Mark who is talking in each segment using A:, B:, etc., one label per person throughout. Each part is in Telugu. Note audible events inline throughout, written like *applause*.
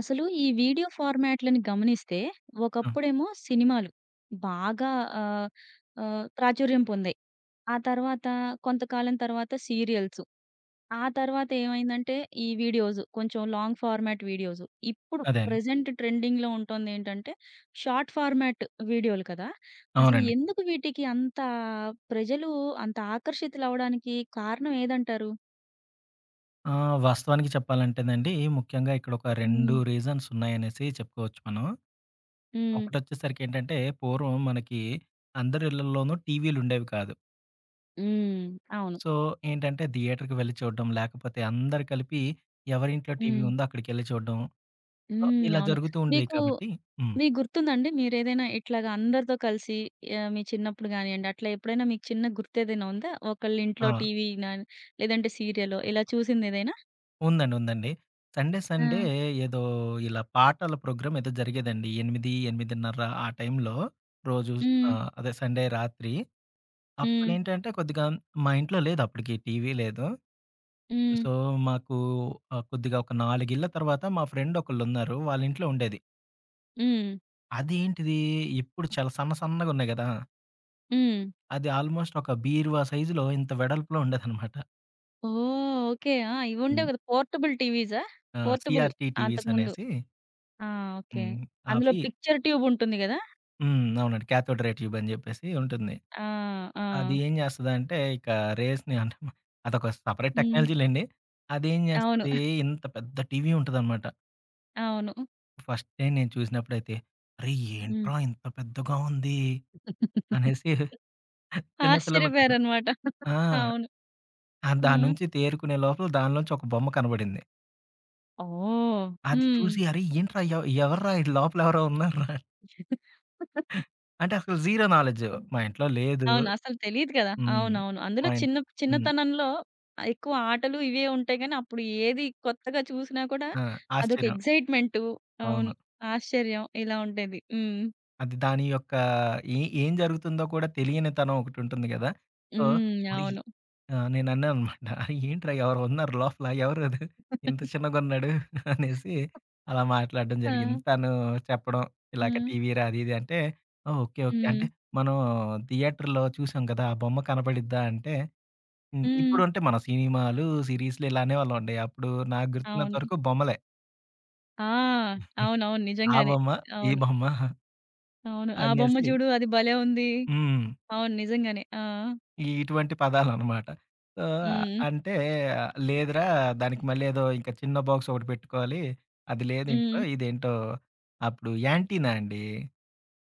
A: అసలు ఈ వీడియో ఫార్మాట్‌లని గమనిస్తే,
B: ఆ!
A: ఒకప్పుడేమో సినిమాలు బాగా ఆహ్, ఆహ్, ప్రాచుర్యం పొందాయి. ఆ తర్వాత కొంతకాలం తర్వాత సీరియల్స్. ఆ తర్వాత ఏమైందంటే ఈ వీడియోస్ కొంచెం లాంగ్ ఫార్మాట్ వీడియోస్. ఇప్పుడు
B: అదే అండి.
A: ప్రెజెంట్ ట్రెండింగ్‌లో ఉంటోందేంటంటే షార్ట్ ఫార్మాట్ వీడియోలు కదా! అసలు
B: అవునండి.
A: ఎందుకు వీటికి అంత ప్రజలు అంత ఆకర్షితులవ్వడానికి కారణం ఏదంటారు?
B: వాస్తవానికి చెప్పాలంటేనండి, ముఖ్యంగా ఇక్కడ ఒక 2
A: హ్మ్.
B: రీజన్స్ ఉన్నాయనేసి చెప్పుకోవచ్చు మనం.
A: హ్మ్.
B: ఒకటొచ్చేసరికి ఏంటంటే, పూర్వం మనకి అందరి ఇళ్లల్లోనూ టీవీలుండేవి కాదు.
A: హ్మ్. అవును.
B: సో, ఏంటంటే థియేటర్‌కి వెళ్లి చూడడం, లేకపోతే అందరూ కలిపి ఎవరింట్లో టీవీ
A: హ్మ్.
B: ఉందో అక్కడికెళ్లి చూడడం. సో,
A: హ్మ్.
B: ఇలా
A: అవును.
B: జరుగుతూ ఉండేవి
A: మీకు
B: కాబట్టి. హ్మ్.
A: మీకు గుర్తుందండి? మీరేదైనా ఇట్లాగా అందరితో కలిసి మీ చిన్నప్పుడు గానియండి, అట్లా ఎప్పుడైనా మీకు చిన్న గుర్తేదైనా ఉందా? ఒకళ్ళింట్లో
B: ఆ!
A: టీవీనా, లేదంటే సీరియలో ఇలా చూసిందేదైనా?
B: ఉందండి. సండే,
A: ఆ!
B: సండే ఏదో ఇలా పాటల ప్రోగ్రామ్ ఏదో జరిగేదండి. 8, 8:30 ఆ టైంలో రోజు.
A: హ్మ్.
B: అదే సండే రాత్రి
A: హ్మ్.
B: అప్పుడేంటంటే కొద్దిగా మా ఇంట్లో లేదు, అప్పటికి టీవీ లేదు.
A: హ్మ్.
B: సో, మాకు కొద్దిగా ఒక 4 ఇళ్ల తర్వాత మా ఫ్రెండ్ ఒకళ్ళున్నారు. వాళ్ళ ఇంట్లో ఉండేది.
A: హ్మ్.
B: అదేంటిది ఎప్పుడు చాలా సన్న సన్నగున్నాయి గదా!
A: హ్మ్.
B: అది ఆల్మోస్ట్ ఒక బీరువా సైజులో ఇంత వెడల్పులో ఉండేదనమాట.
A: ఓహ్! ఓకే. ఆ! ఇవుండేవి
B: హ్మ్.
A: కదా! పోర్టబుల్ టీవీసా?
B: ఆ!
A: పోర్టబుల్
B: సీఆర్‌టీ టీవీస్
A: అంతకుముందు.
B: అనేసి.
A: ఆ! ఓకే.
B: హ్మ్.
A: అందులో
B: అవి.
A: పిక్చర్ ట్యూబ్ ఉంటుంది గదా!
B: హ్మ్. అవునండి. కాథోడ్ రే ట్యూబ్ అని జెప్పేసి ఉంటుంది.
A: ఆ!
B: అది
A: ఆ!
B: ఏం జేస్తదంటే ఇక రేస్‌ని అంటే అదొక సెపరేట్
A: హ్మ్.
B: టెక్నాలజీ లెండి. అదేం
A: అవును.
B: జేస్తది, ఇంత పెద్ద టీవీ ఉంటదనమాట.
A: అవును.
B: ఫస్ట్ టైమ్ నేను చూసినప్పుడైతే, "అరే!
A: హ్మ్.
B: ఏంట్రా ఇంత పెద్దగా ఉంది"
A: *laughs*
B: అనేసి చిన్న పిల్లలకున్న.
A: ఆశ్చర్యపోయారనమాట.
B: ఆ!
A: అవును.
B: ఆ
A: ఆ!
B: దాని నుంచి తేరుకునే లోపల దానిలోంచి ఒక బొమ్మ కనబడింది.
A: ఓహ్!
B: అది
A: హ్మ్.
B: చూసి, "అరే! ఏంట్రా ఎ ఎవర్రా ఈడ లోపల ఎవరో ఉన్నార్రా" అంటే అసలు జీరో నాలెడ్జ్. మా ఇంట్లో లేదు.
A: అవును. అసలు తెలీదు కదా!
B: హ్మ్.
A: అవునవును. అందులో
B: మా
A: చిన్న
B: ఇంట్లో. హ్మ్.
A: చిన్నతనంలో ఎక్కువ ఆటలు ఇవే ఉంటాయి గానీ, అప్పుడు ఏది కొత్తగా చూసినా కూడా
B: ఆ!
A: అదొక
B: ఆశ్చర్యం.
A: ఎక్సైట్‌మెంటు. అవును.
B: అవును.
A: ఆశ్చర్యం ఇలా ఉండేది. హ్మ్.
B: అది దాని యొక్క ఏం జరుగుతుందో కూడా తెలియనితనం ఒకటుంటుంది గదా! సో,
A: హ్మ్.
B: మరి
A: అవును.
B: ఆ! నేనన్నాననమాట. "ఏంట్రా ఎవరో ఉన్నారు లోపల, ఎవరది? ఇంత చిన్నగున్నాడు" *laughs* అనేసి అలా మాట్లాడడం
A: ఆ!
B: జరిగింది. తను చెప్పడం
A: ఆ!
B: ఇలాగ టీవీ‌రా అది ఇది అంటే, "ఓహ్! ఓకే. ఓకే.
A: హ్మ్.
B: అంటే మనం థియేటర్‌లో చూసాం కదా! ఆ బొమ్మ కనపడిద్దా?" అంటే, హ్మ్.
A: హ్మ్.
B: ఇప్పుడంటే మనం సినిమాలు, సీరీస్‌లు ఇలా అనేవాళ్ళమండి. అప్పుడు నాకు గుర్తున్నంత
A: అవును.
B: వరకు బొమ్మలే.
A: ఆ! అవునవును.
B: ఆ
A: నిజంగానే.
B: బొమ్మ, ఈ
A: అవును.
B: బొమ్మ
A: అవును. ఆ బొమ్మ
B: అనేసి.
A: చూడు అది భలే ఉంది.
B: హ్మ్.
A: అవును. నిజంగానే. ఆ!
B: ఈ ఇటువంటి పదాలనమాట. సో,
A: హ్మ్.
B: అంటే లేదురా, దానికి మళ్ళీ ఏదో ఇంకా చిన్న బాక్స్ ఒకటి పెట్టుకోవాలి. అది లేదు ఇంట్లో
A: హ్మ్.
B: ఇదేంటో, అప్పుడు యాంటీనా అండి.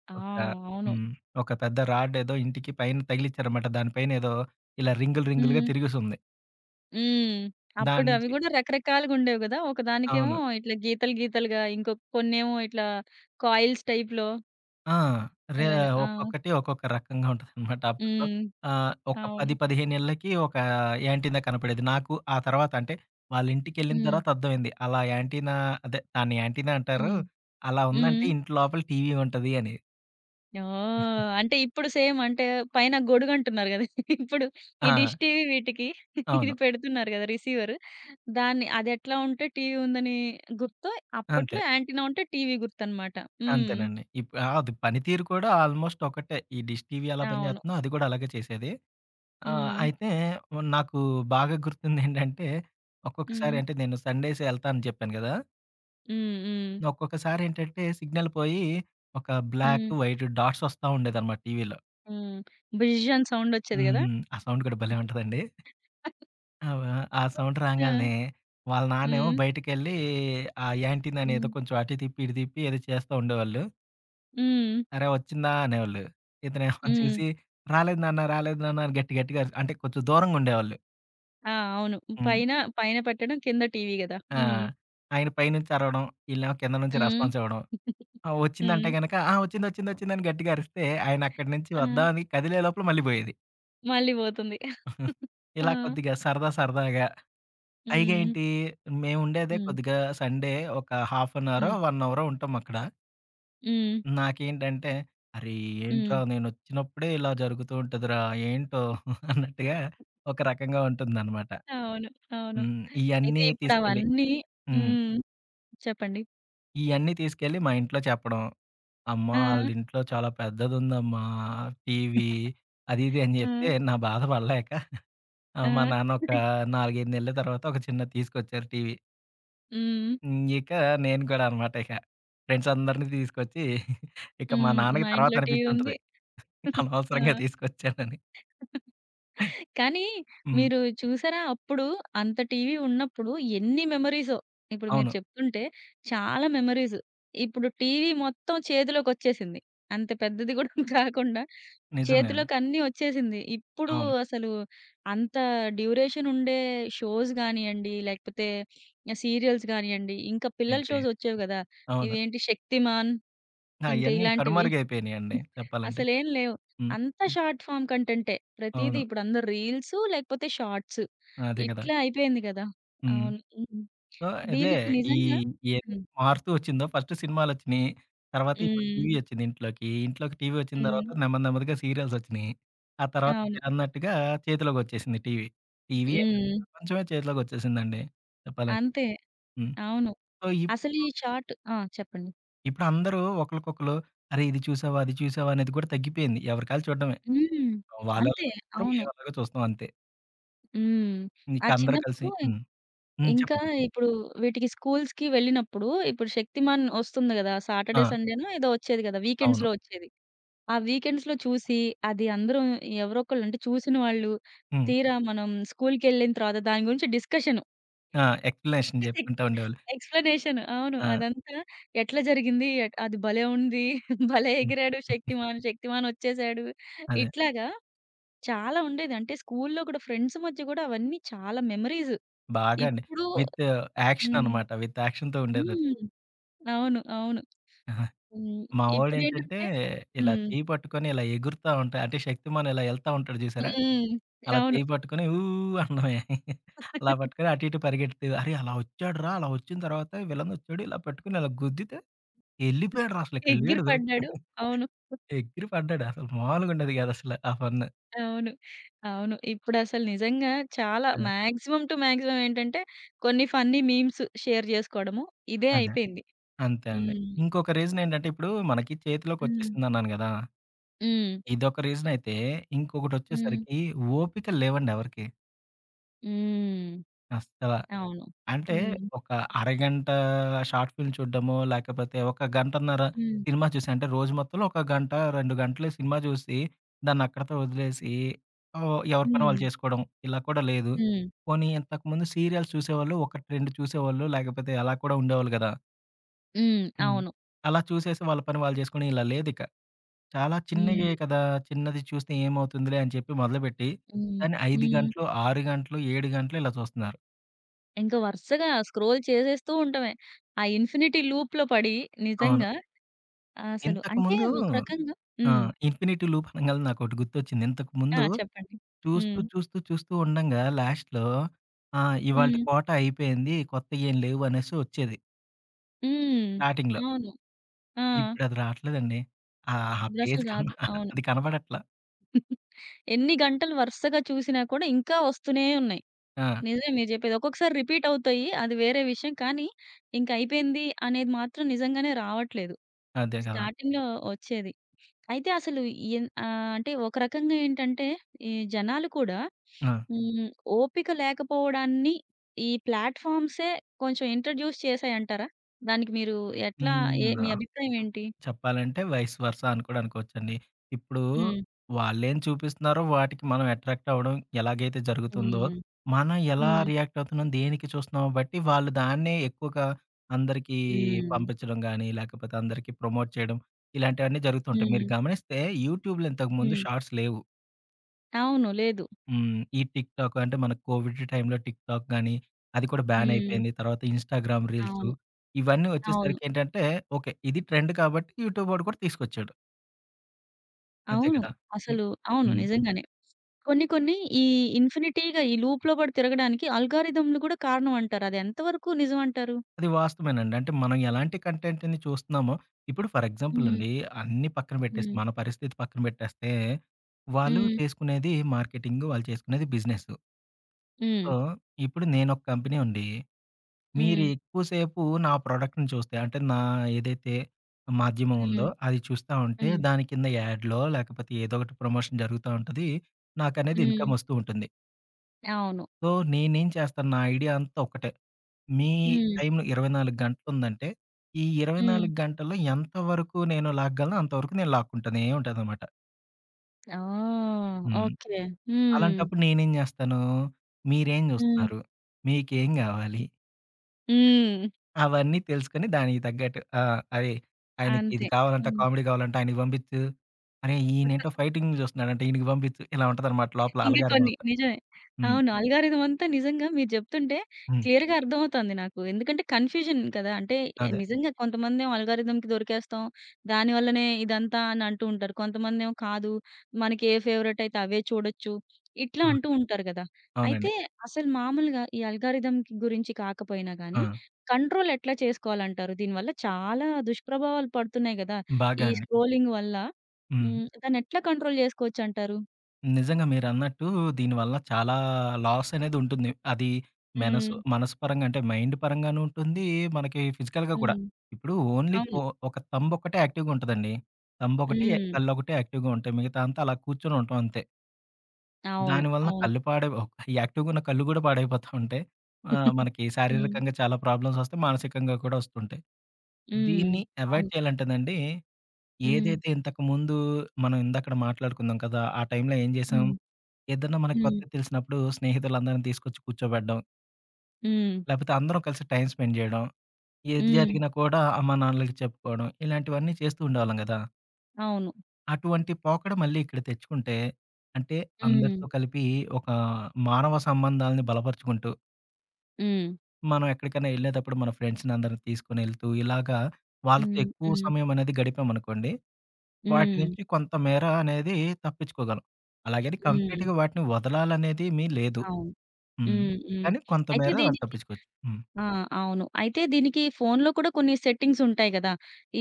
A: ఆ!
B: ఒక.
A: అవును.
B: హ్మ్. ఒక పెద్ద రాడ్ ఏదో ఇంటికి పైన తగిలిచ్చారన్నమాట. దాని పైన ఏదో ఇలా రింగులు రింగులుగా
A: హ్మ్.
B: తిరుగుతుంది.
A: హ్మ్.
B: దాని
A: అప్పుడు అవి
B: నుంచి
A: గూడా రకరకాలుగుండేవి గదా! ఒకదానికేమో
B: అవును.
A: ఇట్లా గీతలు గీతలుగా, ఇంకొ కొన్నేమో ఇట్లా కాయిల్స్ టైప్‌లో
B: ఆ! రే
A: అలాగా. ఆ!
B: ఒక్కొక్కటి ఒక్కొక్క రకంగా ఉంటదనమాట. అప్పట్లో
A: హ్మ్.
B: ఒక
A: అవును.
B: 10, 15 ఏళ్ళకి ఒక యాంటీనా కనపడేది. నాకు ఆ తర్వాత అంటే వాళ్ళ ఇంటికెళ్ళిన
A: హ్మ్.
B: తర్వాత అర్థమైంది. అలా యాంటీనా, అదే దాన్ని యాంటీనా అంటారు.
A: హ్మ్.
B: అలా ఉందంటే
A: హ్మ్.
B: ఇంటి లోపల టీవీ ఉంటది అని.
A: ఓహ్! అంటే ఇప్పుడు సేమ్ అంటే పైన గొడుగంటున్నారు గదా! *laughs* ఇప్పుడు ఈ
B: ఆ!
A: డిష్ టీవీ వీటికి ఇది
B: అవును.
A: పెడుతున్నారు గదా! రిసీవర్. దాన్ని అదెట్లా ఉంటే టీవీ ఉందని గుర్తో,
B: అంతే.
A: అప్పట్లో యాంటీనా ఉంటే టీవీ గుర్తనమాట. హ్మ్.
B: అంతేనండి. ఆ! అది పనితీరు కూడా ఆల్మోస్ట్ ఒకటే. ఈ డిష్ టీవీ ఎలా
A: అవును.
B: పనిచేస్తుందో అది కూడా అలాగే చేసేది. ఆ!
A: హ్మ్.
B: అయితే నాకు బాగా గుర్తుందేంటంటే, ఒక్కొక్కసారి
A: హ్మ్.
B: అంటే నేను సండేస్ ఎళ్తా అని చెప్పాను గదా!
A: హ్మ్. హ్మ్.
B: ఒక్కొక్కసారేంటంటే సిగ్నల్ పోయి, ఒక బ్లాక్,
A: హ్మ్.
B: వైట్ డాట్స్ ఒస్తా ఉండేదనమాట టీవీలో.
A: హ్మ్. బుజ్జ్ అని సౌండొచ్చేది గదా!
B: హ్మ్. ఆ సౌండ్ కూడా భలే ఉంటదండి. అవ ఆ
A: ఆ!
B: సౌండ్ రాంగాల్నే, వాళ్ళ నాన్నేమో
A: హ్మ్.
B: బయటికెళ్ళి ఆ యాంటీనాని
A: హ్మ్.
B: ఏదో కొంచెం అటు తిప్పి, ఇటు తిప్పి ఏదో చేస్తా ఉండేవాళ్ళు.
A: హ్మ్.
B: "అరే! ఒచ్చిందా" అనేవాళ్ళు. ఇతనేమో *laughs*
A: హ్మ్.
B: చూసి, "రాలేదు నాన్న, రాలేదు నాన్న" అని గట్టి గట్టిగా అరిచి అంటే కొంచెం దూరంగుండేవాళ్ళు.
A: ఆ! అవును.
B: హ్మ్.
A: పైన, పైన పెట్టడం కింద టీవీ గదా!
B: ఆ!
A: హ్మ్.
B: ఆయన పైనుంచి అరవడం, ఈళ్ళేమో కింద నుంచి
A: హ్మ్.
B: రెస్పాన్స్ ఇవ్వడం. ఆ! వచ్చిందంటే
A: హ్మ్.
B: గనక, ఆ! వచ్చింది, వచ్చింది, వచ్చిందని గట్టిగా అరిస్తే, ఆయన అక్కడి నుంచి
A: ఆ!
B: వద్దామని కదిలే లోపల మళ్ళీ పోయేది.
A: మళ్ళీ పోతుంది. ఆ!
B: ఇలా కొద్దిగా సరదా సరదాగా. పైగా
A: హ్మ్.
B: ఏంటి, మేముండేదే
A: హ్మ్.
B: కొద్దిగా సండే ఒక హాఫ్ అన్ అవరో,
A: హ్మ్.
B: 1 అవరో ఉంటాం అక్కడ.
A: హ్మ్.
B: నాకేంటంటే, అరే! ఏంట్రా
A: హ్మ్.
B: నేనొచ్చినప్పుడే ఇలా జరుగుతూ ఉంటదిరా, ఏంటో అన్నట్టుగా ఒక రకంగా ఉంటుందనమాట.
A: అవును. అవును.
B: హ్మ్.
A: అయితే
B: ఇయన్నీ తీసుకెళ్ళి
A: ఇప్పుడవన్నీ
B: హ్మ్.
A: హ్మ్. చెప్పండి.
B: ఇయన్నీ తీసుకెళ్ళి మా ఇంట్లో చెప్పడం. అమ్మ,
A: ఆ!
B: ఆళ్ళింట్లో చాలా పెద్దదుందమ్మా టీవీ, అది ఇది అని
A: ఆ!
B: జెప్తే నా బాధ పడలేక ఆ!
A: ఆ!
B: మా నాన్న ఒక 4, 5 నెలల తర్వాత ఒక చిన్నది తీసుకొచ్చారు టీవీ.
A: హ్మ్.
B: హ్మ్. ఇక నేను కూడా అనమాట ఇక. ఫ్రెండ్స్ అందరిని తీసుకొచ్చి ఇక మా
A: హ్మ్. మా
B: నాన్నకి తర్వాత
A: ఇంట్లో టీవీ ఉంది.
B: అనిపిచ్చుంటది, అనవసరంగా
A: ఆ!
B: తీసుకొచ్చానని.
A: కానీ
B: హ్మ్.
A: మీరు చూసారా? అప్పుడు అంత టీవీ ఉన్నప్పుడు ఎన్ని మెమోరీసో. ఇప్పుడు మీరు
B: అవును.
A: చెప్తుంటే చాలా మెమోరీస్. ఇప్పుడు టీవీ మొత్తం చేతిలోకొచ్చేసింది. అంత పెద్దది గూడా *laughs* కాకుండా
B: నిజమే అండి.
A: చేతిలోకి అన్నీ వచ్చేసింది. ఇప్పుడు
B: అవును.
A: అసలు అంత డ్యూరేషన్ ఉండే షోస్ గానియండి, లేకపోతే సీరియల్స్ గానియండి, ఇంకా పిల్లల
B: ఇబ్బే,
A: షోస్ వచ్చేవి గదా!
B: అవును,
A: ఇవేంటి 'శక్తిమాన్' ఇంకా
B: అయన్నీ
A: ఇలాంటివి.
B: కనుమరుగైపోయినియండి చెప్పాలంటే.
A: అసలేం లేవు.
B: హ్మ్.
A: అంతా షార్ట్ ఫార్మ్ కంటెంటే. ప్రతీదీ
B: అవును.
A: ఇప్పుడు అందరూ రీల్సు లేకపోతే షార్ట్స్.
B: అదే గదా!
A: ఇట్లా అయిపోయింది గదా!
B: హ్మ్.
A: అవును. హ్మ్.
B: సో, అదే
A: దీనికి
B: ఈ
A: నిజంగా
B: ఏది
A: హ్మ్.
B: మారుతూ వచ్చిందో, ఫస్ట్ సినిమాలొచ్చినియి. తర్వాత ఇప్పుడు టీవీ
A: హ్మ్.
B: ఒచ్చింది ఇంట్లోకి. ఇంట్లోకి టీవీ ఒచ్చిన తర్వాత
A: హ్మ్.
B: నెమ్మది నెమ్మదిగా సీరియల్సొచ్చినియి. ఆ తర్వాత
A: అవును.
B: మీరన్నట్టుగా చేతిలోకొచ్చేసింది టీవీ. టీవీయే కాదు,
A: హ్మ్.
B: ప్రపంచమే చేతిలోకొచ్చేసిందండి చెప్పాలంటే.
A: అంతే.
B: హ్మ్.
A: అవును.
B: సో, ఇప్పుడు
A: అసలు ఈ షార్ట్ ఆ! చెప్పండి.
B: ఇప్పుడందరూ ఒకళ్ళకొకళ్ళు అరే! ఇది చూసావా? అది చూసావా? అనేది కూడా తగ్గిపోయింది. ఎవరికాళ్ళు చూడడమే.
A: హ్మ్.
B: వాళ్ళెలాగో
A: అంతే.
B: చూస్తారు,
A: అవును.
B: మేమెలాగో చూస్తాం అంతే.
A: హ్మ్. ఆ
B: ఇంక అందరూ
A: చిన్నప్పుడు
B: కలిసి.
A: ఇం-
B: హ్మ్. హ్మ్.
A: ఇంకా
B: చెప్పండి. చెప్పండి.
A: ఇప్పుడు వీటికి స్కూల్స్‌కి వెళ్ళినప్పుడు ఇప్పుడు 'శక్తిమాన్' ఒస్తుంది గదా!
B: ఆ!
A: సాటర్‌డే, సండేనో ఏదో ఒచ్చేది గదా!
B: అవును.
A: వీకెండ్స్‌లో ఒచ్చేది. ఆ వీకెండ్స్‌లో చూసి అది అందరం ఎవరో ఒకళ్ళు అంటే చూసిన వాళ్ళు,
B: హ్మ్.
A: తీరా మనం స్కూల్‌కెళ్ళిన తర్వాత దాని గురించి డిస్కషను.
B: ఆ! ఎక్స్‌ప్లనేషన్ జెప్పుకుంటా ఉండేవాళ్ళు.
A: ఎక్స్‌ప్లనేషన్ అవును.
B: ఆ!
A: అదంతా ఎట్లా జరిగింది? ఎట్ అది భలే ఉంది. *laughs* భలే
B: హ్మ్.
A: ఎగిరాడు శక్తిమాన్. శక్తిమాన్ వచ్చేసాడు.
B: అదే.
A: ఇట్లాగా చాలా ఉండేది. అంటే స్కూల్‌లో కూడా ఫ్రెండ్స్ మధ్య కూడా అవన్నీ చాలా మెమోరీస్.
B: బాగా అండి.
A: ఇప్పుడు
B: విత్ యాక్షన్
A: హ్మ్.
B: అనమాట. విత్ యాక్షన్‌తో ఉండేదది.
A: హ్మ్. అవును. అవును.
B: *laughs*
A: హ్మ్.
B: మా వోడేంటంటే
A: ఇప్పుడేంటంటే
B: ఇలా
A: హ్మ్.
B: చెయ్యి పట్టుకొని ఇలా ఎగురుతా ఉంటాడు. అంటే 'శక్తిమాన్' ఇలా ఎళ్తా ఉంటాడు చూసారా?
A: హ్మ్.
B: అలా
A: అవును.
B: చెయ్యి పట్టుకొని ఊ అనడమే. అలా పట్టుకొని
A: *laughs*
B: అటు ఇటు పరిగెడితే అరే! అలా వచ్చాడురా! అలా వచ్చిన తర్వాత విలన్ వచ్చాడు. ఇలా పట్టుకొని ఇలా గుద్దితే ఎళ్ళిపోయాడురా! అసలు ఇక్కడ
A: ఎగిరి
B: లేడు *laughs* విలన్.
A: పడ్డాడు. అవును.
B: ఎగిరి పడ్డాడు. అసలు మామూలుగా ఉండేది కాదు అసలు ఆ ఫన్.
A: అవును. అవును. ఇప్పుడసలు నిజంగా చాలా
B: అదే.
A: మాక్సిమమ్ టు మాక్సిమమ్ ఏంటంటే, కొన్ని ఫన్నీ మీమ్స్ షేర్ జేసుకోవడము. ఇదే
B: అదే.
A: అయిపోయింది.
B: అంతే అండి.
A: హ్మ్.
B: ఇంకొక రీజన్ ఏంటంటే, ఇప్పుడు మనకి
A: హ్మ్.
B: చేతిలోకొచ్చేసిందన్నాను గదా!
A: హ్మ్.
B: ఇదొక రీజనయితే,
A: హ్మ్.
B: ఇంకొకటొచ్చేసరికి ఓపికలు లేవండి ఎవరికీ
A: హ్మ్.
B: అస్సల.
A: అవును.
B: అంటే
A: హ్మ్.
B: ఒక అరగంట షార్ట్ ఫిల్మ్ చూడ్డమో, లేకపోతే ఒక గంటన్నర
A: హ్మ్.
B: సినిమా చూసి అంటే రోజు మొత్తంలో ఒక గంట, 2 గంటలు సినిమా చూసి, దాన్నక్కడితో వదిలేసి ఎవరి పని
A: హ్మ్.
B: వాళ్ళు చేసుకోవడం ఇలా కూడా లేదు.
A: హ్మ్.
B: పోనీ ఇంతకుముందు సీరియల్స్ చూసేవాళ్ళు, ఒకటి, 2 చూసేవాళ్ళు, లేకపోతే అలా కూడా ఉండేవాళ్ళు గదా!
A: హ్మ్.
B: హ్మ్.
A: అవును.
B: అలా చూసేసి వాళ్ళ పని వాళ్ళు చేసుకొని ఇలా లేదిక. చాలా
A: హ్మ్.
B: చిన్నయే కదా! చిన్నది చూస్తే ఏమవుతుందిలే అని చెప్పి మొదలుపెట్టి,
A: హ్మ్.
B: దాన్ని 5
A: హ్మ్.
B: గంటలు, 6 గంటలు, 7 గంటలు ఇలా చూస్తున్నారు.
A: ఇంకా వరుసగా స్క్రోల్ చేసేస్తూ ఉంటామే. ఆ ఇన్ఫినిటీ లూప్‌లో పడి
B: అవును.
A: నిజంగా అసలు అంటే
B: ఇంతకుముందు
A: ఒక రకంగా
B: ఆ!
A: హ్మ్.
B: 'ఇన్ఫినిటీ లూప్' అనంగాల్నే నాకోటి గుర్తొచ్చింది.
A: ఆ!
B: ఇంతకుముందు
A: చెప్పండి.
B: చూస్తూ,
A: హ్మ్.
B: చూస్తూ, చూస్తూ ఉండంగా లాస్ట్‌లో ఆ! ఇవాల్టి
A: హ్మ్.
B: కోటా అయిపోయింది, కొత్తయేం లేవు అనేసి ఒచ్చేది
A: హ్మ్.
B: స్టార్టింగ్‌లో.
A: అవును. ఆ!
B: ఇప్పుడది రాట్లేదండి. ఆ! ఆ
A: నిద్రసలు
B: పేజ్ కన
A: రాదు. అవును.
B: అది కనపడట్లా.
A: ఎన్ని గంటలు వరుసగా చూసినా కూడా ఇంకా వస్తూనే ఉన్నాయి.
B: ఆ!
A: నిజమే మీరు చెప్పేది. ఒక్కొక్కసారి రిపీట్ అవుతాయి. అది వేరే విషయం. కానీ ఇంక అయిపోయింది అనేది మాత్రం నిజంగానే రావట్లేదు.
B: అదే కదా!
A: స్టార్టింగ్‌లో వచ్చేది. అయితే అసలు అంటే ఒక రకంగా ఏంటంటే ఈ జనాలు కూడా
B: ఆ!
A: హ్మ్, ఓపిక లేకపోవడాన్ని ఈ ప్లాట్‌ఫార్మ్సే కొంచెం ఇంట్రొడ్యూస్ చేశాయంటారా? దానికి మీరు ఎట్లా ఏ
B: హ్మ్.
A: మీ అభిప్రాయం ఏంటి?
B: చెప్పాలంటే వైస్ వర్సా అని కూడా అనుకోవచ్చండి. ఇప్పుడు
A: హ్మ్.
B: వాళ్ళేం చూపిస్తున్నారో వాటికి మనం అట్రాక్ట్ అవ్వడం ఎలాగైతే జరుగుతుందో,
A: హ్మ్.
B: మనం ఎలా
A: హ్మ్.
B: రియాక్ట్ అవుతున్నాం, దేనికి చూస్తున్నామో బట్టి వాళ్ళు దాన్నే ఎక్కువగా అందరికీ
A: హ్మ్.
B: పంపించడం గానీ, లేకపోతే అందరికీ ప్రమోట్ చేయడం, ఇలాంటివన్నీ జరుగుతుంటాయి. మీరు
A: హ్మ్.
B: గమనిస్తే యూట్యూబ్‌లో ఇంతకుముందు
A: హ్మ్.
B: షార్ట్స్ లేవు.
A: అవును. లేదు.
B: హ్మ్. ఈ టిక్ టాక్ అంటే మనకు కోవిడ్ టైంలో టిక్ టాక్ గాని, అది కూడా బ్యాన్
A: హ్మ్.
B: అయిపోయింది. తర్వాత ఇన్‌స్టాగ్రామ్ రీల్సు
A: అవును.
B: ఇవన్నీ
A: అవును.
B: వచ్చేసరికి ఏంటంటే, ఓకే, ఇది ట్రెండ్ కాబట్టి యూట్యూబ్ వాడు కూడా తీసుకొచ్చాడు. అంతే
A: అవును.
B: కదా!
A: అసలు
B: ఇప్
A: అవును.
B: హ్మ్.
A: నిజంగానే. కొన్ని కొన్ని ఈ ఇన్ఫినిటీగా ఈ లూప్‌లో పడి తిరగడానికి ఆల్గారిథమ్‌లు కూడా కారణం అంటారు. అది ఎంత వరకు నిజం అంటారు?
B: అది వాస్తవేనండి. అంటే మనం ఎలాంటి కంటెంట్‌ని చూస్తున్నామో, ఇప్పుడు ఫర్ ఎగ్జాంపుల్
A: హ్మ్.
B: అండి అన్నీ పక్కన పెట్టేసి
A: హ్మ్.
B: మన పరిస్థితి పక్కన పెట్టేస్తే, వాళ్ళు
A: హ్మ్.
B: చేసుకునేది మార్కెటింగ్, వాళ్ళు చేసుకునేది బిజినెస్.
A: హ్మ్.
B: సో, ఇప్పుడు నేనొక కంపెనీ ఉండి మీరు
A: హ్మ్.
B: ఎక్కువ సేపు నా ప్రొడక్ట్‌ని చూస్తే అంటే నా ఏదైతే మాధ్యమం ఉందో
A: హ్మ్.
B: అది చూస్తా ఉంటే
A: హ్మ్.
B: దాని కింద యాడ్‌లో లేకపోతే ఏదో ఒకటి ప్రమోషన్ జరుగుతా ఉంటది. నాకనేది
A: హ్మ్.
B: ఇన్‌కమ్ వస్తూ ఉంటుంది.
A: అవును.
B: సో, నేనేం చేస్తాను, నా ఐడియా అంతా ఒక్కటే. మీ
A: హ్మ్.
B: టైమ్ 24 గంటలుందంటే ఈ
A: హ్మ్.
B: 24 గంటల్లో ఎంత వరకు నేను లాగగలనో అంతవరకు నేను లాక్కుంటానే ఉంటాననమాట.
A: ఓహ్!
B: హ్మ్.
A: ఓకే. హ్మ్.
B: అలాంటప్పుడు నేనేం జేస్తాను, మీరేం
A: హ్మ్.
B: జూస్తున్నారు? మీకేం గావాలి?
A: హ్మ్.
B: అవన్నీ తెలుసుకొని దానికి తగ్గట్టు ఆ! అది ఆయనకి ఇది
A: అంతే.
B: కావాలంట,
A: హ్మ్.
B: కామెడీ కావాలంట ఆయనకి పంపించు. అరే! ఈయనేంటో ఫైటింగ్ చూస్తున్నాడంట ఈయనకి పంపించు. ఇలా ఉంటదనమాట లోపల
A: ఇంకా
B: అల్గారిథం
A: కొన్ని
B: అంతా.
A: నిజమే.
B: హ్మ్.
A: అవును. అల్గారిథం అంతా నిజంగా మీరు జెప్తుంటే
B: హ్మ్.
A: క్లియర్‌గా అర్థమవుతుంది నాకు. ఎందుకంటే కన్‌ఫ్యూజన్ కదా! అంటే
B: అదే.
A: నిజంగా కొంతమందేమో అల్గారిథమ్‌కి దొరికేస్తాం. దానివల్లనే ఇదంతా అని అంటూ ఉంటారు. కొంతమందేమో కాదు. మనకి ఏ ఫేవరెట్ అయితే అవే చూడొచ్చు. ఇట్లా
B: ఆ!
A: అంటూ ఉంటారు గదా! అయితే
B: అవునండి.
A: అసలు మామూలుగా ఈ అల్గారిథమ్‌కి గురించి కాకపోయినా
B: ఆ!
A: గానీ, కంట్రోల్ ఎట్లా చేసుకోవాలంటారు? దీనివల్ల చాలా దుష్ప్రభావాలు పడుతున్నాయి గదా! ఈ
B: బాగా అండి.
A: స్క్రోలింగ్ వల్ల.
B: హ్మ్.
A: హ్మ్. దాన్నెట్లా కంట్రోల్ జేసుకోవచ్చంటారు?
B: నిజంగా మీరన్నట్టు దీనివల్ల చాలా లాస్ అనేది ఉంటుంది. అది
A: హ్మ్.
B: మనసు మనసు పరంగా అంటే మైండ్ పరంగాను ఉంటుంది. మనకి ఫిజికల్‌గా కూడా.
A: హ్మ్.
B: ఇప్పుడు ఓన్లీ
A: అవును.
B: ఫో ఒక థంబ్ ఒక్కటే యాక్టివ్‌గా ఉంటదండి. థంబ్ ఒకటి,
A: హ్మ్.
B: కళ్ళొకటి యాక్టివ్‌గా ఉంటాయి. మిగతా అంతా అలా కూర్చొని ఉంటాం అంతే.
A: అవును.
B: దాని వలన
A: అవును.
B: కళ్ళు పాడై ఒక యాక్టివ్‌గున్న కళ్ళు గూడా పాడైపోతా ఉంటాయి. మనకి
A: హ్మ్.
B: శారీరకంగా చాలా ప్రాబ్లమ్స్ వస్తాయి. మానసికంగా కూడా వస్తుంటాయి.
A: హ్మ్.
B: దీన్ని
A: అవును.
B: అవాయిడ్ చేయాలంటేనండి,
A: హ్మ్.
B: ఏదైతే ఇంతకుముందు మనం ఇందాకడ మాట్లాడుకున్నాం కదా! ఆ టైంలో ఏం జేసాం,
A: హ్మ్.
B: ఏదన్నా మనకు
A: హ్మ్.
B: కొత్తది తెలిసినప్పుడు స్నేహితులందరిని తీసుకొచ్చి కూర్చోబెట్టడం,
A: హ్మ్.
B: లేపోతే అందరం కలిసి టైమ్ స్పెండ్ జేయడం, ఏది
A: హ్మ్.
B: జరిగినా కూడా అమ్మానాన్నలకి చెప్పుకోవడం, ఇలాంటివన్నీ చేస్తూ ఉండేవాళ్ళం గదా!
A: అవును.
B: అటువంటి పోకడ మళ్ళీ ఇక్కడ తెచ్చుకుంటే, అంటే
A: హ్మ్.
B: అందరితో కలిపి ఒక మానవ సంబంధాలని బలపరుచుకుంటూ,
A: హ్మ్.
B: మనం ఎక్కడికైనా ఎళ్ళేటప్పుడు మన ఫ్రెండ్స్‌ని అందరిని తీసుకొనెళ్తూ, ఇలాగా వాళ్ళతో
A: హ్మ్.
B: ఎక్కువ
A: హ్మ్.
B: సమయం అనేది గడిపామనుకోండి, వాటి
A: హ్మ్.
B: నుంచి కొంత మేర అనేది తప్పించుకోగలం. అలాగని
A: హ్మ్.
B: కంప్లీట్‌గా వాటిని వదలాలనేదేమీ లేదు.
A: అవును.
B: హ్మ్.
A: హ్మ్. హ్మ్.
B: కానీ
A: అయితే
B: కొంతమేర అది
A: దీనికి
B: తప్పించుకోవచ్చు. హ్మ్.
A: ఆ! అవును. అయితే దీనికి ఫోన్‌లో కూడా కొన్ని సెట్టింగ్స్ ఉంటాయి గదా!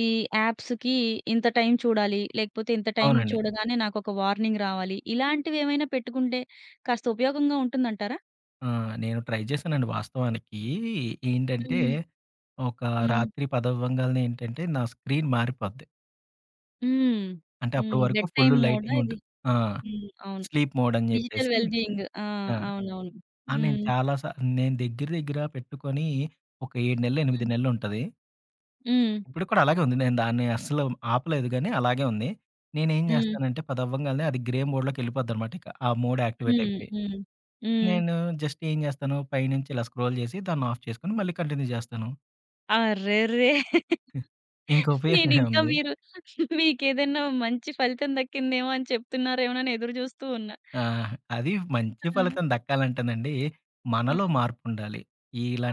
A: ఈ యాప్స్‌కి ఇంత టైం చూడాలి, లేకపోతే ఇంత టైం
B: అవునండి.
A: చూడగానే నాకొక వార్నింగ్ రావాలి. ఇలాంటివేమైనా పెట్టుకుంటే కాస్త ఉపయోగంగా ఉంటుందంటారా?
B: ఆ! నేను ట్రై చేశానండి వాస్తవానికి. ఏంటంటే,
A: హ్మ్.
B: ఒక
A: హ్మ్.
B: రాత్రి పదవ్వంగాల్నే ఏంటంటే, నా స్క్రీన్ మారిపోద్ది.
A: హ్మ్.
B: అంటే అప్పటి
A: హ్మ్.
B: వరకు
A: బెడ్
B: ఫుల్
A: టైమ్ మోడా
B: లైటింగ్
A: ఇది?
B: ఉంటది. ఆ!
A: హ్మ్. అవును.
B: స్లీప్ మోడ్ అని
A: డిజిటల్
B: జెప్పేసి
A: వెల్ బీయింగ్. ఆ!
B: ఆ!
A: అవునవును.
B: ఆ! నేను
A: హ్మ్.
B: చాలా సా నేను దగ్గర దగ్గర పెట్టుకొని ఒక 7 నెలలు, 8
A: హ్మ్.
B: నెలలు ఉంటది.
A: హ్మ్.
B: ఇప్పటికి కూడా అలాగే ఉంది. నేను దాన్ని అస్సలు ఆపలేదు గానీ అలాగే ఉంది. నేనేం
A: హ్మ్.
B: జేస్తానంటే 10 అవ్వంగాల్నే అది గ్రే మోడ్‌లోకెళ్ళిపోద్దనమాట ఇక. ఆ మోడ్ యాక్టివేట్
A: హ్మ్.
B: అయిపోయి.
A: హ్మ్. హ్మ్.
B: నేను జస్ట్ ఏం జేస్తాను, పైనుంచి ఇలా స్క్రోల్ జేసి దాన్ని ఆఫ్ చేసుకొని మళ్ళీ కంటిన్యూ జేస్తాను.
A: అర్రెర్రే!
B: ఇంక ఉపయోగం
A: నేనింకా
B: ఏముంది?
A: మీరు మీకేదైనా మంచి ఫలితం దక్కిందేమో అని చెప్తున్నారేమోనని ఎదురు జూస్తూ ఉన్నా.
B: ఆ! అది మంచి
A: ఆ!
B: ఫలితం దక్కాలంటేనండి,
A: ఆ!
B: మనలో మార్పుండాలి.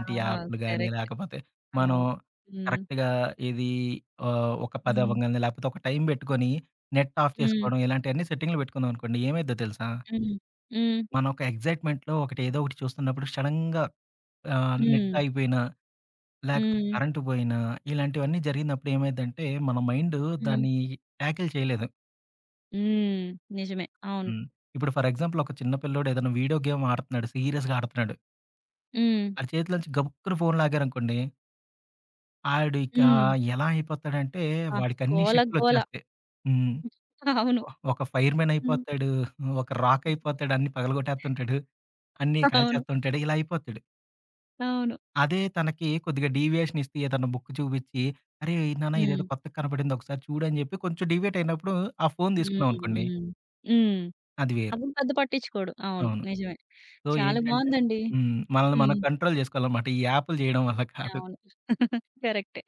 A: ఆ!
B: యాప్‌లు గాని,
A: కరెక్ట్.
B: లేకపోతే మనం
A: అవును. హ్మ్.
B: కరెక్ట్‌గా ఇది ఒక 10
A: హ్మ్.
B: అవ్వంగానే లేకపోతే ఒక టైం పెట్టుకొని, నెట్ ఆఫ్
A: హ్మ్.
B: చేసుకోవడం ఇలాంటియన్నీ సెట్టింగ్‌లు పెట్టుకున్నామనుకోండి, ఏమైద్దో తెలుసా?
A: హ్మ్. హ్మ్.
B: మనం ఒక ఎక్సైట్‌మెంట్‌లో ఒకటి ఏదో ఒకటి చూస్తున్నప్పుడు సడెన్‌గా నెట్
A: హ్మ్.
B: ఆగిపోయినా, లేకపోతే
A: హ్మ్.
B: కరెంట్ పోయినా, ఇలాంటివన్నీ జరిగినప్పుడు ఏమైద్దంటే, మన మైండు
A: హ్మ్.
B: దాన్ని ట్యాకిల్ చేయలేదు.
A: హ్మ్. నిజమే. అవును.
B: హ్మ్. ఇప్పుడు ఫర్ ఎగ్జాంపుల్ ఒక చిన్న పిల్లోడు ఏదైనా వీడియో గేమ్ ఆడుతున్నాడు. సీరియస్‌గా ఆడుతున్నాడు.
A: హ్మ్.
B: ఆడి చేతిలోంచి గబుక్కున ఫోన్ లాగారనుకోండి, ఆడికా
A: హ్మ్.
B: ఎలా అయిపోతాడంటే,
A: అబ్బా!
B: వాడికన్ని
A: గోల గోల.
B: శక్తులొచ్చేస్తాయి. హ్మ్.
A: అవును.
B: ఒక ఫైర్‌మెన్
A: హ్మ్.
B: అయిపోతాడు, ఒక రాక్ అయిపోతాడు, అన్నీ పగలగొట్టేస్తుంటాడు, అన్నీ
A: అవును.
B: కాల్చేస్తుంటాడు, ఇలా అయిపోతాడు.
A: అవును.
B: అదే తనకి కొద్దిగా డీవియేషన్ ఇస్తే ఏదన్నా బుక్ చూపిచ్చి, "అరే! నాన్న
A: హ్మ్.
B: ఇదేదో కొత్తగా కనపడింది ఒకసారి చూడు" అని చెప్పి కొంచెం డీవియేట్ అయినప్పుడు ఆ ఫోన్
A: హ్మ్.
B: తీసుకున్నామనుకోండి,
A: హ్మ్. హ్మ్.
B: అది వేరు.
A: అప్పుడు పెద్ద పట్టించుకోడు. అవును.
B: అవును.
A: నిజమే.
B: సో,
A: చాలా
B: ఏంటంటే
A: బావుందండి.
B: హ్మ్. మనల్ని మనం
A: హ్మ్.
B: కంట్రోల్ జేసుకోవాలనమాట. ఈ యాపులు జేయడం వల్ల కాదు.
A: అవును. *laughs* కరెక్టే.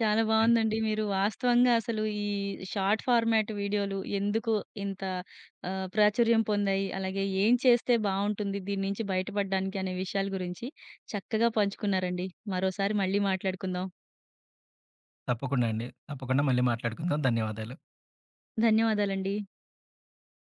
A: చాలా బావుందండి. మీరు వాస్తవంగా అసలు ఈ షార్ట్ ఫార్మాట్ వీడియోలు ఎందుకు ఇంత ప్రాచుర్యం పొందాయి? అలాగే ఏం చేస్తే బావుంటుంది దీని నుంచి బయటపడడానికి అనే విషయాల గురించి చక్కగా పంచుకున్నారండి. మరోసారి మళ్ళీ మాట్లాడుకుందాం.
B: తప్పకుండా అండి. తప్పకుండా మళ్ళీ మాట్లాడుకుందాం. ధన్యవాదాలు.
A: ధన్యవాదాలండి.